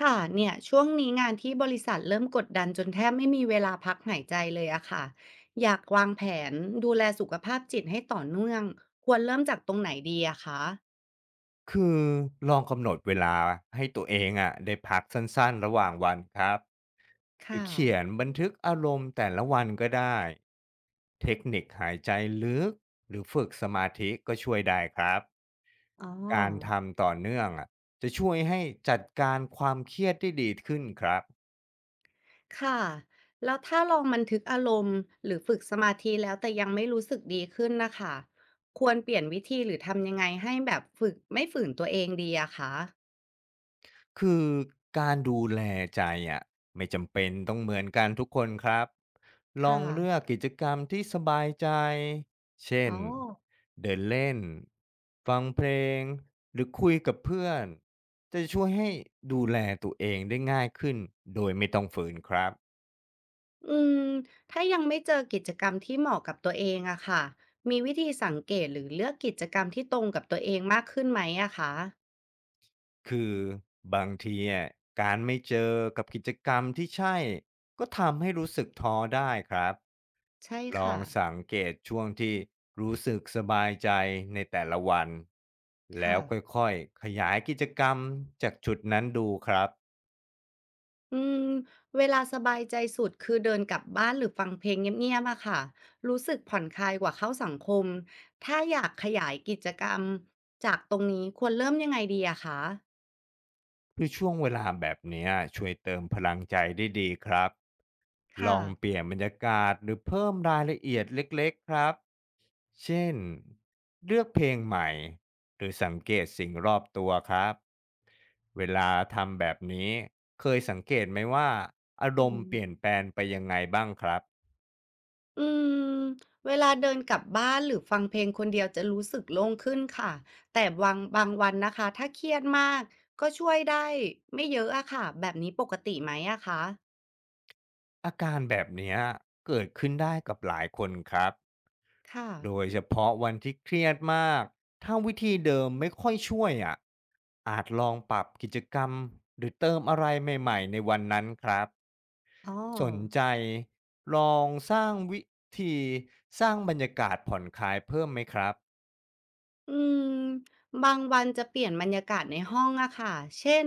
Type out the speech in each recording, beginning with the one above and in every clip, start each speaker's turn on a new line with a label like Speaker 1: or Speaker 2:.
Speaker 1: ค่ะเนี่ยช่วงนี้งานที่บริษัทเริ่มกดดันจนแทบไม่มีเวลาพักหายใจเลยอะค่ะอยากวางแผนดูแลสุขภาพจิตให้ต่อเนื่องควรเริ่มจากตรงไหนดีอะคะ
Speaker 2: คือลองกำหนดเวลาให้ตัวเองอะะได้พักสั้นๆระหว่างวันครับหรือ
Speaker 1: ค่ะ
Speaker 2: เขียนบันทึกอารมณ์แต่ละวันก็ได้เทคนิคหายใจลึกหรือฝึกสมาธิก็ช่วยได้ครับ
Speaker 1: อ๋อ
Speaker 2: การทำต่อเนื่องจะช่วยให้จัดการความเครียดได้ดีขึ้นครับ
Speaker 1: ค่ะแล้วถ้าลองบันทึกอารมณ์หรือฝึกสมาธิแล้วแต่ยังไม่รู้สึกดีขึ้นนะคะควรเปลี่ยนวิธีหรือทำยังไงให้แบบฝึกไม่ฝืนตัวเองดีอะคะ
Speaker 2: คือการดูแลใจอะไม่จำเป็นต้องเหมือนกันทุกคนครับ
Speaker 1: ค
Speaker 2: ลองเลือ
Speaker 1: ่ะ
Speaker 2: กกิจกรรมที่สบายใจเช่
Speaker 1: อ๋
Speaker 2: น
Speaker 1: อ
Speaker 2: เดินเล่นฟังเพลงหรือคุยกับเพื่อนจะช่วยให้ดูแลตัวเองได้ง่ายขึ้นโดยไม่ต้องฝืนครับ
Speaker 1: อืม ถ้ายังไม่เจอกิจกรรมที่เหมาะกับตัวเองอะค่ะมีวิธีสังเกตหรือเลือกกิจกรรมที่ตรงกับตัวเองมากขึ้นไหมอะคะ
Speaker 2: คือบางทีการไม่เจอกับกิจกรรมที่ใช่ก็ทำให้รู้สึกท้อได้ครับ
Speaker 1: ใช่
Speaker 2: ลอง
Speaker 1: ค่ะ
Speaker 2: สังเกตช่วงที่รู้สึกสบายใจในแต่ละวันแล้
Speaker 1: ค่ะ
Speaker 2: วค่อยๆขยายกิจกรรมจากจุดนั้นดูครับ
Speaker 1: อืม เวลาสบายใจสุดคือเดินกลับบ้านหรือฟังเพลงเงียบๆอะค่ะรู้สึกผ่อนคลายกว่าเข้าสังคมถ้าอยากขยายกิจกรรมจากตรงนี้ควรเริ่มยังไงดีอะคะ
Speaker 2: ช่วงเวลาแบบเนี้ยช่วยเติมพลังใจได้ดีครับล
Speaker 1: ค่ะ
Speaker 2: องเปลี่ยนบรรยากาศหรือเพิ่มรายละเอียดเล็กๆครับ เช่นเลือกเพลงใหม่หรือสังเกตสิ่งรอบตัวครับเวลาทำแบบนี้เคยสังเกตไหมว่าอาร
Speaker 1: อื
Speaker 2: มณ์เปลี่ยน
Speaker 1: ม
Speaker 2: แปลงไปยังไงบ้างครับ
Speaker 1: อืมเวลาเดินกลับบ้านหรือฟังเพลงคนเดียวจะรู้สึกโล่งขึ้นค่ะแต่บางวันนะคะถ้าเครียดมากก็ช่วยได้ไม่เยอะอะค่ะแบบนี้ปกติไหมอะคะ
Speaker 2: อาการแบบเนี้ยเกิดขึ้นได้กับหลายคนครับ
Speaker 1: ค่ะ
Speaker 2: โดยเฉพาะวันที่เครียดมากถ้าวิธีเดิมไม่ค่อยช่วยอาจลองปรับกิจกรรมหรือเติมอะไรใหม่ๆในวันนั้นครับ
Speaker 1: อ๋อ
Speaker 2: สนใจลองสร้างวิธีสร้างบรรยากาศผ่อนคลายเพิ่มไหมครับ
Speaker 1: อืมบางวันจะเปลี่ยนบรรยากาศในห้องอะค่ะเช่น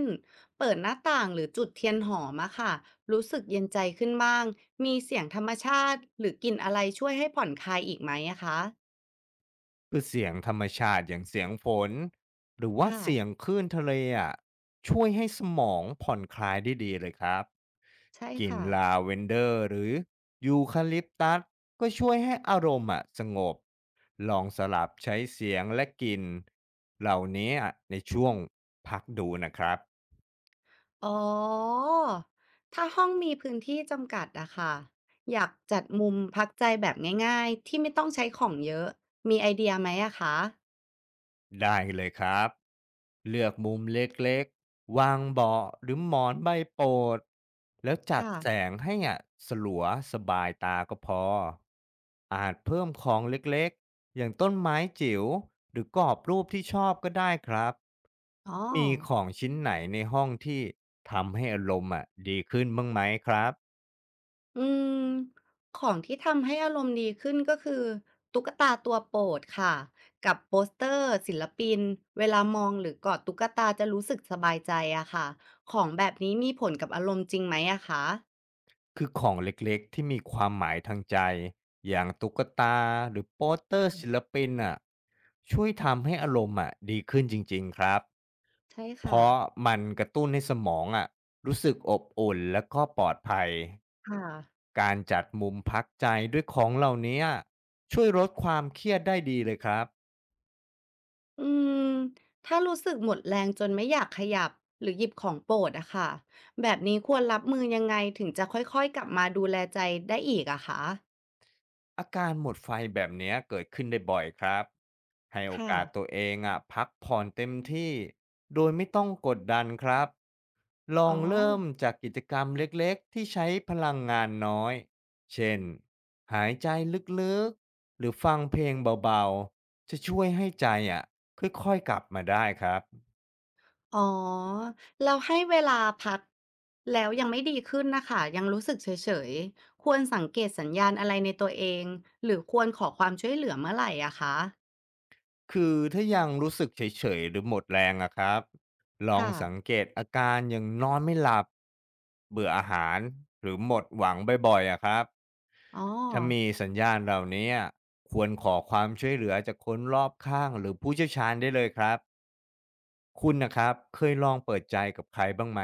Speaker 1: เปิดหน้าต่างหรือจุดเทียนหอมอะค่ะรู้สึกเย็นใจขึ้นบ้างมีเสียงธรรมชาติหรือกลิ่นอะไรช่วยให้ผ่อนคลายอีกไหมอะคะ
Speaker 2: เสียงธรรมชาติอย่างเสียงฝนหรือว่า
Speaker 1: ค่ะ
Speaker 2: เสียงคลื่นทะเลอะช่วยให้สมองผ่อนคลายได้ดีเลยครับ
Speaker 1: ใช่
Speaker 2: กลิ่น
Speaker 1: ค่ะ
Speaker 2: ลาเวนเดอร์หรือยูคาลิปตัสก็ช่วยให้อารมณ์สงบลองสลับใช้เสียงและกลิ่นเหล่านี้ในช่วงพักดูนะครับ
Speaker 1: อ๋อถ้าห้องมีพื้นที่จำกัดอะค่ะ อยากจัดมุมพักใจแบบง่ายๆที่ไม่ต้องใช้ของเยอะ มีไอเดียไหมอะคะ
Speaker 2: ได้เลยครับ เลือกมุมเล็กๆ วางเบาะหรือหมอนใบโปรด แล้วจัด
Speaker 1: ค่ะ
Speaker 2: แสงให้สลัวสบายตาก็พอ อาจเพิ่มของเล็กๆ อย่างต้นไม้จิ๋วหรือกรอบรูปที่ชอบก็ได้ครับ
Speaker 1: อ๋อ
Speaker 2: มีของชิ้นไหนในห้องที่ทำให้อารมณ์ดีขึ้นบ้างไหมครับ
Speaker 1: อืม ของที่ทำให้อารมณ์ดีขึ้นก็คือตุ๊กตาตัวโปรดค่ะ กับโปสเตอร์ศิลปิน เวลามองหรือกอดตุ๊กตาจะรู้สึกสบายใจอะค่ะของแบบนี้มีผลกับอารมณ์จริงไหมอะคะ
Speaker 2: ของเล็กๆที่มีความหมายทางใจอย่างตุ๊กตาหรือโปสเตอร์ศิลปินช่วยทำให้อารมณ์ดีขึ้นจริงๆครับ
Speaker 1: ใช่
Speaker 2: เพ
Speaker 1: ค่ะ
Speaker 2: ราะมันกระตุ้นให้สมองรู้สึกอบอุ่นและก็ปลอดภัย
Speaker 1: ค่ะ
Speaker 2: การจัดมุมพักใจด้วยของเหล่านี้ช่วยลดความเครียดได้ดีเลยครับ
Speaker 1: อืมถ้ารู้สึกหมดแรงจนไม่อยากขยับหรือหยิบของโปรดอะค่ะแบบนี้ควรรับมือยังไงถึงจะค่อยๆกลับมาดูแลใจได้อีกอะคะ
Speaker 2: อาการหมดไฟแบบเนี้ยเกิดขึ้นได้บ่อยครับให้โอ
Speaker 1: ค่ะ
Speaker 2: กาสตัวเองพักผ่อนเต็มที่โดยไม่ต้องกดดันครับล
Speaker 1: อ๋
Speaker 2: อ
Speaker 1: อ
Speaker 2: งเริ่มจากกิจกรรมเล็กๆที่ใช้พลังงานน้อยเช่นหายใจลึกๆหรือฟังเพลงเบาๆจะช่วยให้ใจค่อยๆกลับมาได้ครับ
Speaker 1: อ๋อเราให้เวลาพักแล้วยังไม่ดีขึ้นนะคะยังรู้สึกเฉยๆควรสังเกตสัญญาณอะไรในตัวเองหรือควรขอความช่วยเหลือเมื่อไหร่อะคะ
Speaker 2: ถ้ายังรู้สึกเฉยๆหรือหมดแรงครับลอง
Speaker 1: ค่ะ
Speaker 2: สังเกตอาการอย่างนอนไม่หลับเบื่ออาหารหรือหมดหวังบ่อยๆครับ
Speaker 1: อ๋อ
Speaker 2: ถ้ามีสัญญาณเหล่านี้ควรขอความช่วยเหลือจากคนรอบข้างหรือผู้เชี่ยวชาญได้เลยครับคุณนะครับเคยลองเปิดใจกับใครบ้างไหม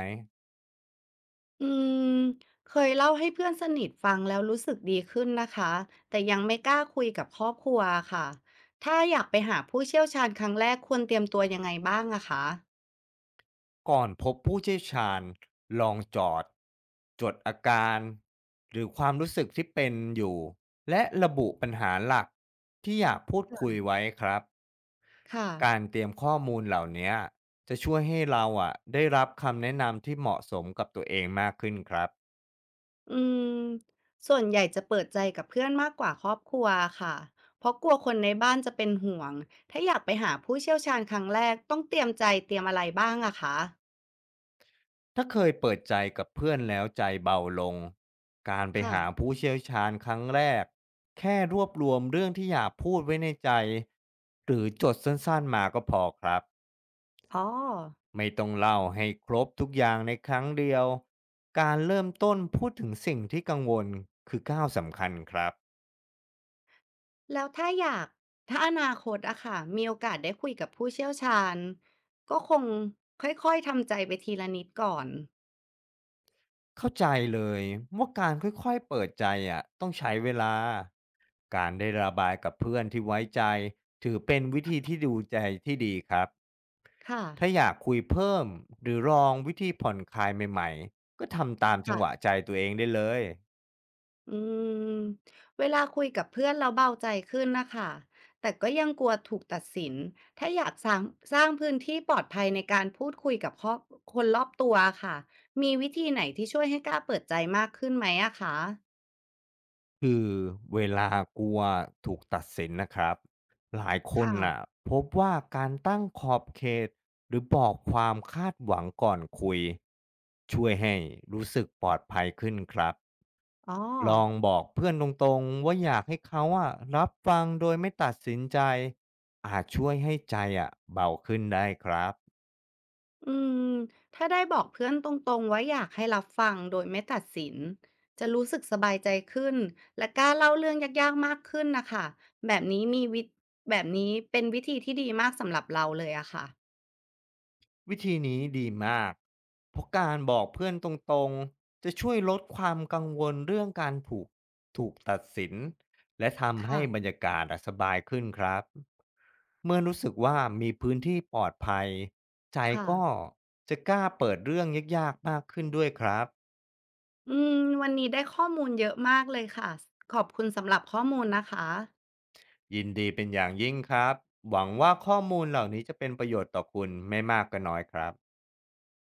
Speaker 1: อืมเคยเล่าให้เพื่อนสนิทฟังแล้วรู้สึกดีขึ้นนะคะแต่ยังไม่กล้าคุยกับครอบครัวค่ะถ้าอยากไปหาผู้เชี่ยวชาญครั้งแรกควรเตรียมตัวยังไงบ้างอะคะ
Speaker 2: ก่อนพบผู้เชี่ยวชาญลองจดอาการหรือความรู้สึกที่เป็นอยู่และระบุปัญหาหลักที่อยากพูดคุย
Speaker 1: ค่ะ
Speaker 2: ไว้ครับ
Speaker 1: ค่ะ
Speaker 2: การเตรียมข้อมูลเหล่านี้จะช่วยให้เราได้รับคำแนะนำที่เหมาะสมกับตัวเองมากขึ้นครับ
Speaker 1: อืมส่วนใหญ่จะเปิดใจกับเพื่อนมากกว่าครอบครัวค่ะเพราะกลัวคนในบ้านจะเป็นห่วงถ้าอยากไปหาผู้เชี่ยวชาญครั้งแรกต้องเตรียมใจเตรียมอะไรบ้างอะคะ
Speaker 2: ถ้าเคยเปิดใจกับเพื่อนแล้วใจเบาลง การไป
Speaker 1: ค่ะ
Speaker 2: หาผู้เชี่ยวชาญครั้งแรกแค่รวบรวมเรื่องที่อยากพูดไว้ในใจหรือจดสั้นๆมาก็พอครับ
Speaker 1: อ๋อ
Speaker 2: ไม่ต้องเล่าให้ครบทุกอย่างในครั้งเดียวการเริ่มต้นพูดถึงสิ่งที่กังวลคือก้าวสำคัญครับ
Speaker 1: แล้วถ้าอยากอนาคตอะค่ะมีโอกาสได้คุยกับผู้เชี่ยวชาญก็คงค่อยๆทำใจไปทีละนิดก่อน
Speaker 2: เข้าใจเลยว่าการค่อยๆเปิดใจต้องใช้เวลา การได้ระบายกับเพื่อนที่ไว้ใจถือเป็นวิธีที่ดูใจที่ดีครับ
Speaker 1: ค่ะ
Speaker 2: ถ้าอยากคุยเพิ่มหรือลองวิธีผ่อนคลายใหม่ๆก็ทำตามจัง
Speaker 1: ค่ะ
Speaker 2: หวะใจตัวเองได้เลย
Speaker 1: อืมเวลาคุยกับเพื่อนเราเบาใจขึ้นนะคะแต่ก็ยังกลัวถูกตัดสินถ้าอยากสร้างพื้นที่ปลอดภัยในการพูดคุยกับคนรอบตัวค่ะมีวิธีไหนที่ช่วยให้กล้าเปิดใจมากขึ้นไหมอะคะ
Speaker 2: คือเวลากลัวถูกตัดสินนะครับหลายคน
Speaker 1: ค่ะ
Speaker 2: น่ะพบว่าการตั้งขอบเขตหรือบอกความคาดหวังก่อนคุยช่วยให้รู้สึกปลอดภัยขึ้นครับ
Speaker 1: อ๋อ
Speaker 2: ลองบอกเพื่อนตรงๆว่าอยากให้เขารับฟังโดยไม่ตัดสินใจอาจช่วยให้ใจเบาขึ้นได้ครับ
Speaker 1: อืมถ้าได้บอกเพื่อนตรงๆว่าอยากให้รับฟังโดยไม่ตัดสินจะรู้สึกสบายใจขึ้นและกล้าเล่าเรื่องยากๆมากขึ้นนะคะแบบนี้มีวิแบบนี้เป็นวิธีที่ดีมากสำหรับเราเลยอะค่ะ
Speaker 2: วิธีนี้ดีมากเพราะการบอกเพื่อนตรงๆจะช่วยลดความกังวลเรื่องการถูกตัดสินและทำให้
Speaker 1: ค่ะ
Speaker 2: บรรยากาศสบายขึ้นครับเมื่อรู้สึกว่ามีพื้นที่ปลอดภัยใจ
Speaker 1: ค่ะ
Speaker 2: ก็จะกล้าเปิดเรื่องยากๆมากขึ้นด้วยครับ
Speaker 1: อืมวันนี้ได้ข้อมูลเยอะมากเลยค่ะขอบคุณสำหรับข้อมูลนะคะ
Speaker 2: ยินดีเป็นอย่างยิ่งครับ หวังว่าข้อมูลเหล่านี้จะเป็นประโยชน์ต่อคุณไม่มากก็น้อยครับ